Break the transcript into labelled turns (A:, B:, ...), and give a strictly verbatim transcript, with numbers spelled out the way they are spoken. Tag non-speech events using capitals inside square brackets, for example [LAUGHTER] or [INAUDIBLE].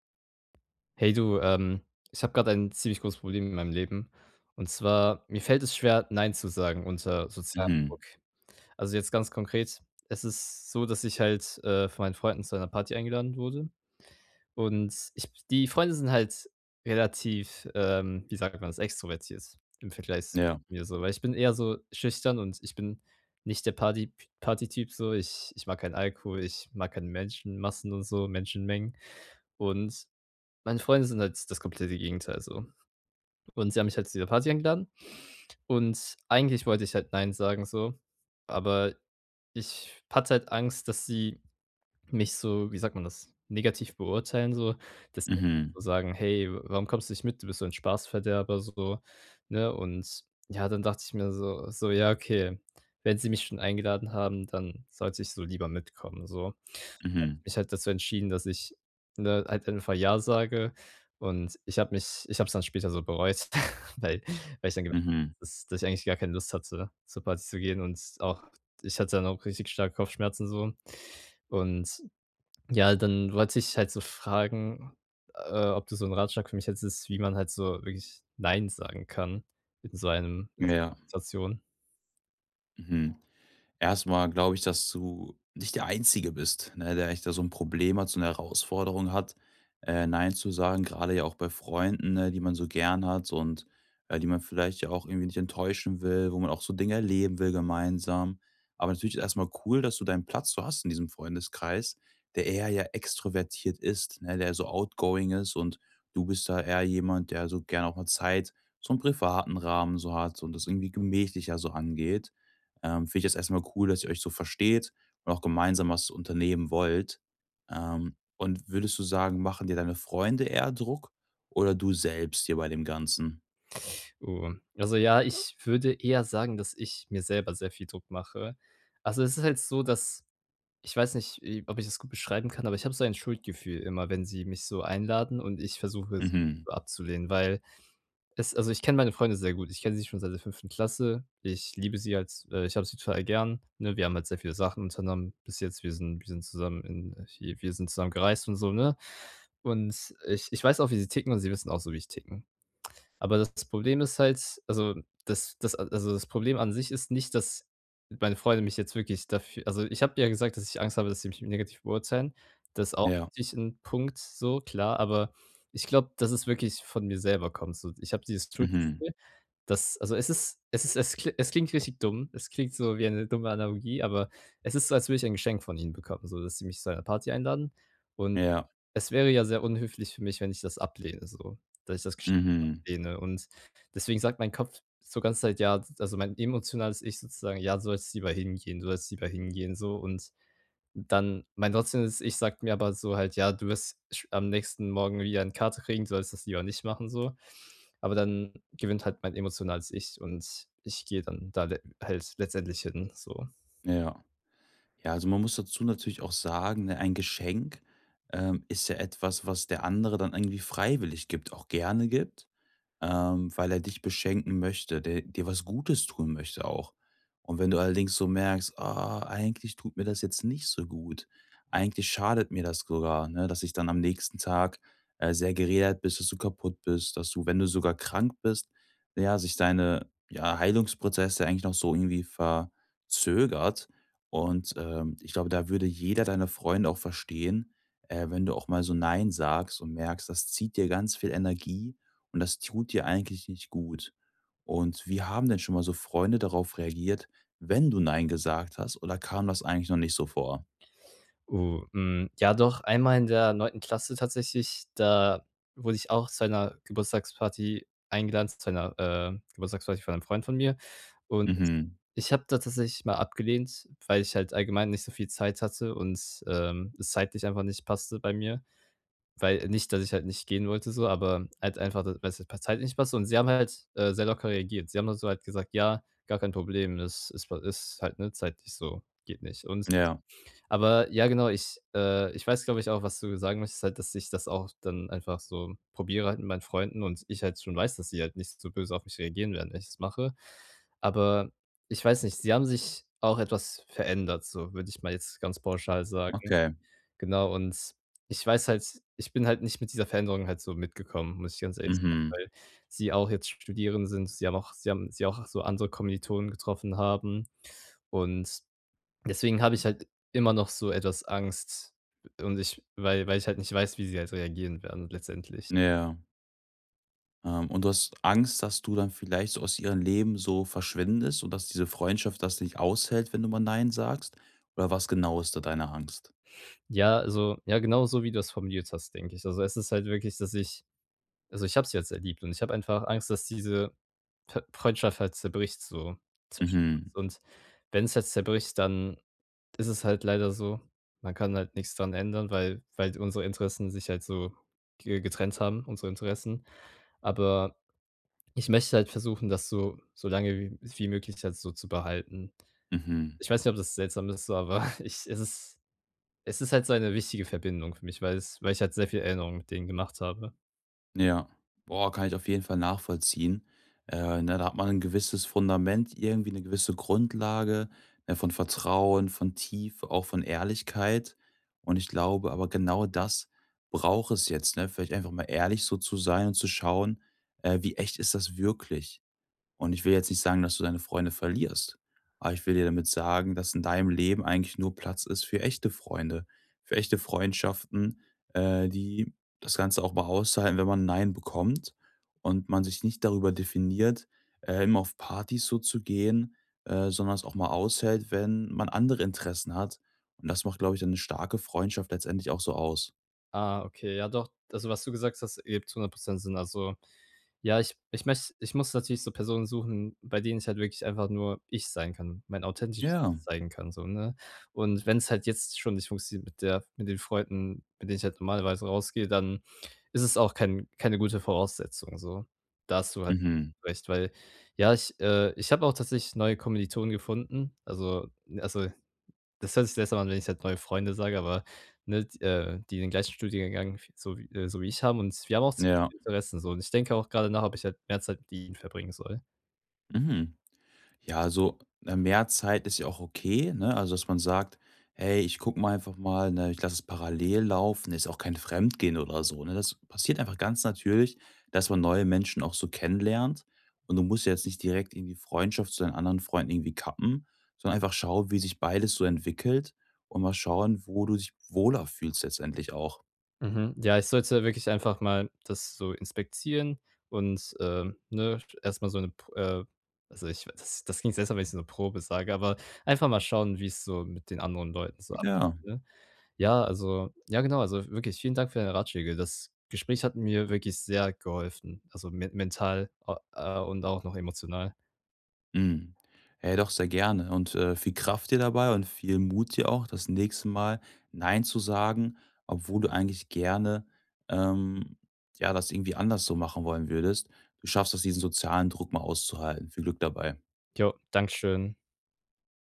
A: Hey du, ähm, ich habe gerade ein ziemlich großes Problem in meinem Leben. Und zwar, mir fällt es schwer, Nein zu sagen unter sozialem
B: Mhm.
A: Druck. Also jetzt ganz konkret, es ist so, dass ich halt äh, von meinen Freunden zu einer Party eingeladen wurde. Und ich, die Freunde sind halt relativ, ähm, wie sagt man das, extrovertiert im Vergleich zu
B: Ja.
A: mir so. Weil ich bin eher so schüchtern und ich bin nicht der Party, Party-Typ so. Ich, ich mag keinen Alkohol, ich mag keine Menschenmassen und so, Menschenmengen. Und meine Freunde sind halt das komplette Gegenteil so. Und sie haben mich halt zu dieser Party eingeladen und eigentlich wollte ich halt nein sagen so, aber ich hatte halt Angst, dass sie mich so, wie sagt man das, negativ beurteilen so, dass sie
B: Mhm.
A: so sagen: „Hey, w warum kommst du nicht mit? Du bist so ein Spaßverderber“, so, ne? Und ja, dann dachte ich mir so so: „Ja, okay, wenn sie mich schon eingeladen haben, dann sollte ich so lieber mitkommen“, so. Habe
B: Mhm.
A: ich mich halt dazu entschieden, dass ich, ne, halt einfach ja sage und ich habe mich ich habe es dann später so bereut, [LAUGHS] weil weil ich dann gemerkt habe,
B: Mhm.
A: dass dass ich eigentlich gar keine Lust hatte, zur Party zu gehen und auch ich hatte dann auch richtig starke Kopfschmerzen so und ja, dann wollte ich halt so fragen, äh, ob du so 'n Ratschlag für mich hättest, wie man halt so wirklich „Nein“ sagen kann in so einem in so
B: Ja.
A: 'ner Situation.
B: Mhm. Erst mal glaube ich, dass du nicht der Einzige bist, ne, der echt da so ein Problem hat, so eine Herausforderung hat, äh, nein zu sagen, gerade ja auch bei Freunden, ne, die man so gern hat und, äh, die man vielleicht ja auch irgendwie nicht enttäuschen will, wo man auch so Dinge erleben will gemeinsam. Aber natürlich ist erst mal cool, dass du deinen Platz so hast in diesem Freundeskreis, der eher ja extrovertiert ist, ne, der so outgoing ist und du bist da eher jemand, der so gerne auch mal Zeit, so im privaten Rahmen so hat und das irgendwie gemächlicher so angeht. Ähm, finde ich das erstmal cool, dass ihr euch so versteht und auch gemeinsam was unternehmen wollt. Ähm, und würdest du sagen, machen dir deine Freunde eher Druck oder du selbst hier bei dem Ganzen?
A: Uh, also, ja, ich würde eher sagen, dass ich mir selber sehr viel Druck mache. Also, es ist halt so, dass ich weiß nicht, i ob ich das gut beschreiben kann, aber ich habe so ein Schuldgefühl immer, wenn sie mich so einladen und ich versuche, es
B: Mhm.
A: so abzulehnen, weil es, also, ich kenne meine Freunde sehr gut. Ich kenne sie schon seit der fünften Klasse. Ich liebe sie als äh, ich habe sie total gern, ne? Wir haben halt sehr viele Sachen unternommen bis jetzt. Wir sind wir sind zusammen in äh, wir wir sind zusammen gereist und so, ne? Und ich ich weiß auch, wie sie ticken und sie wissen auch so, wie ich ticken. Aber das Problem ist halt also, das das also, das Problem an sich ist nicht, dass meine Freunde mich jetzt wirklich dafür, also, ich habe ja gesagt, dass ich Angst habe, dass sie mich negativ beurteilen. Das ist auch
B: Ja.
A: natürlich ein Punkt so, klar, aber ich glaube, dass es wirklich von mir selber kommt so. Ich habe dieses
B: Mhm.
A: Schuldgefühl, dass, also, es ist es ist es kli es klingt richtig dumm. Es klingt so wie eine dumme Analogie, aber es ist so, als würde ich ein Geschenk von ihnen bekommen, so dass sie mich zu einer Party einladen und
B: Ja.
A: es wäre ja sehr unhöflich für mich, wenn ich das ablehne so, dass ich das Geschenk
B: Mhm.
A: ablehne. Und deswegen sagt mein Kopf so ganze Zeit, ja, also mein emotionales Ich sozusagen: „Ja, du sollst lieber hingehen, du sollst lieber hingehen“, so, und dann mein rationales Ich sagt mir aber so halt: „Ja, du wirst sch am nächsten Morgen wieder eine Karte kriegen, du sollst das lieber nicht machen“, so. Aber dann gewinnt halt mein emotionales Ich und ich gehe dann da le halt letztendlich hin, so.
B: Ja. Ja, also man muss dazu natürlich auch sagen, ne, ein Geschenk ähm, ist ja etwas, was der andere dann irgendwie freiwillig gibt, auch gerne gibt. Ähm, weil er dich beschenken möchte, der dir was Gutes tun möchte auch. Und wenn du allerdings so merkst, ah, eigentlich tut mir das jetzt nicht so gut, eigentlich schadet mir das sogar, ne, dass ich dann am nächsten Tag äh, sehr geredet bist, dass du kaputt bist, dass du, wenn du sogar krank bist, ja, sich deine ja, Heilungsprozesse eigentlich noch so irgendwie verzögert. Und ähm, ich glaube, da würde jeder deiner Freunde auch verstehen, äh, wenn du auch mal so Nein sagst und merkst, das zieht dir ganz viel Energie und das tut dir eigentlich nicht gut. Und wie haben denn schon mal so Freunde darauf reagiert, wenn du „Nein“ gesagt hast, oder kam das eigentlich noch nicht so vor?
A: Oh, hm, ja doch, einmal in der neunten Klasse tatsächlich, da wurde ich auch zu einer Geburtstagsparty eingeladen, zu einer, äh, Geburtstagsparty von einem Freund von mir. Und
B: Mhm.
A: ich habe da tatsächlich mal abgelehnt, weil ich halt allgemein nicht so viel Zeit hatte und, ähm, es zeitlich einfach nicht passte bei mir. Weil nicht, dass ich halt nicht gehen wollte so, aber halt einfach, dass- weil es halt per Zeit nicht passte. Und sie haben halt, äh, sehr locker reagiert. Sie haben dann so halt gesagt: „Ja, gar kein Problem, das ist ist halt, ne, zeitlich so, geht nicht.“ Und
B: Ja,
A: aber ja, genau, ich äh, ich weiß, glaube ich, auch, was du sagen möchtest, halt, dass ich das auch dann einfach so probiere halt mit meinen Freunden und ich halt schon weiß, dass sie halt nicht so böse auf mich reagieren werden, wenn ich das mache. Aber ich weiß nicht, sie haben sich auch etwas verändert, so würde ich mal jetzt ganz pauschal sagen.
B: okay.
A: Genau, und ich weiß halt, ich bin halt nicht mit dieser Veränderung halt so mitgekommen, muss ich ganz ehrlich sagen,
B: Mhm.
A: weil sie auch jetzt Studierende sind. Sie haben auch sie haben sie auch so andere Kommilitonen getroffen haben und deswegen habe ich halt immer noch so etwas Angst und ich, weil weil ich halt nicht weiß, wie sie halt reagieren werden letztendlich.
B: Ja. Ähm, und du hast Angst, dass du dann vielleicht so aus ihrem Leben so verschwindest und dass diese Freundschaft das nicht aushält, wenn du mal „Nein“ sagst? Oder was genau ist da deine Angst?
A: Ja, also ja, genau so, wie du das formuliert hast, denke ich. Also, es ist halt wirklich, dass ich, also, ich habe sie jetzt erlebt und ich habe einfach Angst, dass diese F Freundschaft halt zerbricht so zwischen
B: Mhm.
A: uns und wenn es jetzt zerbricht, dann ist es halt leider so, man kann halt nichts dran ändern, weil weil unsere Interessen sich halt so ge getrennt haben, unsere Interessen. Aber ich möchte halt versuchen, das so so lange wie wie möglich halt so zu behalten.
B: Mhm.
A: Ich weiß nicht, ob das seltsam ist, so, aber [LAUGHS] ich es ist, es ist halt so eine wichtige Verbindung für mich, weil es weil ich halt sehr viel Erinnerungen mit denen gemacht habe.
B: Ja. Boah, kann ich auf jeden Fall nachvollziehen. Äh, ne, da hat man ein gewisses Fundament, irgendwie eine gewisse Grundlage, ne, von Vertrauen, von Tiefe, auch von Ehrlichkeit. Und ich glaube aber genau das braucht es jetzt, ne? Vielleicht einfach mal ehrlich so zu sein und zu schauen, äh, wie echt ist das wirklich? Und ich will jetzt nicht sagen, dass du deine Freunde verlierst, aber ich will dir damit sagen, dass in deinem Leben eigentlich nur Platz ist für echte Freunde, für echte Freundschaften, äh, die das Ganze auch mal aushalten, wenn man Nein bekommt und man sich nicht darüber definiert, äh, immer auf Partys so zu gehen, äh, sondern es auch mal aushält, wenn man andere Interessen hat. Und das macht, glaube ich, dann eine starke Freundschaft letztendlich auch so aus.
A: Ah, okay, ja doch, also was du gesagt hast, ergibt hundert Prozent Sinn. Also ja, ich ich möcht ich muss natürlich so Personen suchen, bei denen ich halt wirklich einfach nur ich sein kann, mein authentisches Ich
B: Ja.
A: zeigen kann so, ne? Und wenn es halt jetzt schon nicht funktioniert mit der mit den Freunden, mit denen ich halt normalerweise rausgehe, dann ist es auch kein keine gute Voraussetzung so. Da hast du halt
B: Mhm.
A: recht, weil ja, ich äh, ich habe auch tatsächlich neue Kommilitonen gefunden. Also also das hört sich besser an, wenn ich jetzt neue Freunde sage, aber, ne, d äh, die den gleichen Studiengang v so wie äh, so wie ich haben und wir haben auch
B: Ja.
A: ähnliche Interessen so und ich denke auch gerade nach, ob ich halt mehr Zeit mit ihnen verbringen soll.
B: Mhm. Ja, also, äh, mehr Zeit ist ja auch okay, ne? Also, dass man sagt: „Hey, ich guck mal einfach mal, ne, ich lasse es parallel laufen.“ Ist auch kein Fremdgehen oder so, ne? Das passiert einfach ganz natürlich, dass man neue Menschen auch so kennenlernt. Und du musst ja jetzt nicht direkt in die Freundschaft zu deinen anderen Freunden irgendwie kappen, sondern einfach schauen, wie sich beides so entwickelt und mal schauen, wo du dich wohler fühlst letztendlich auch.
A: Mhm. Ja, ich sollte wirklich einfach mal das so inspizieren und, ähm, ne, erstmal so eine, P äh, also ich, das das klingt seltsam, wenn ich so 'ne Probe sage, aber einfach mal schauen, wie es so mit den anderen Leuten so abgeht,
B: Ja.
A: ne? Ja, also ja genau, also wirklich vielen Dank für deine Ratschläge. Das Gespräch hat mir wirklich sehr geholfen, also men mental, a äh, und auch noch emotional.
B: Mhm. Hey, doch sehr gerne und, äh, viel Kraft dir dabei und viel Mut dir auch, das nächste Mal nein zu sagen, obwohl du eigentlich gerne, ähm, ja, das irgendwie anders so machen wollen würdest. Du schaffst das, diesen sozialen Druck mal auszuhalten. Viel Glück dabei.
A: Jo, Dankeschön.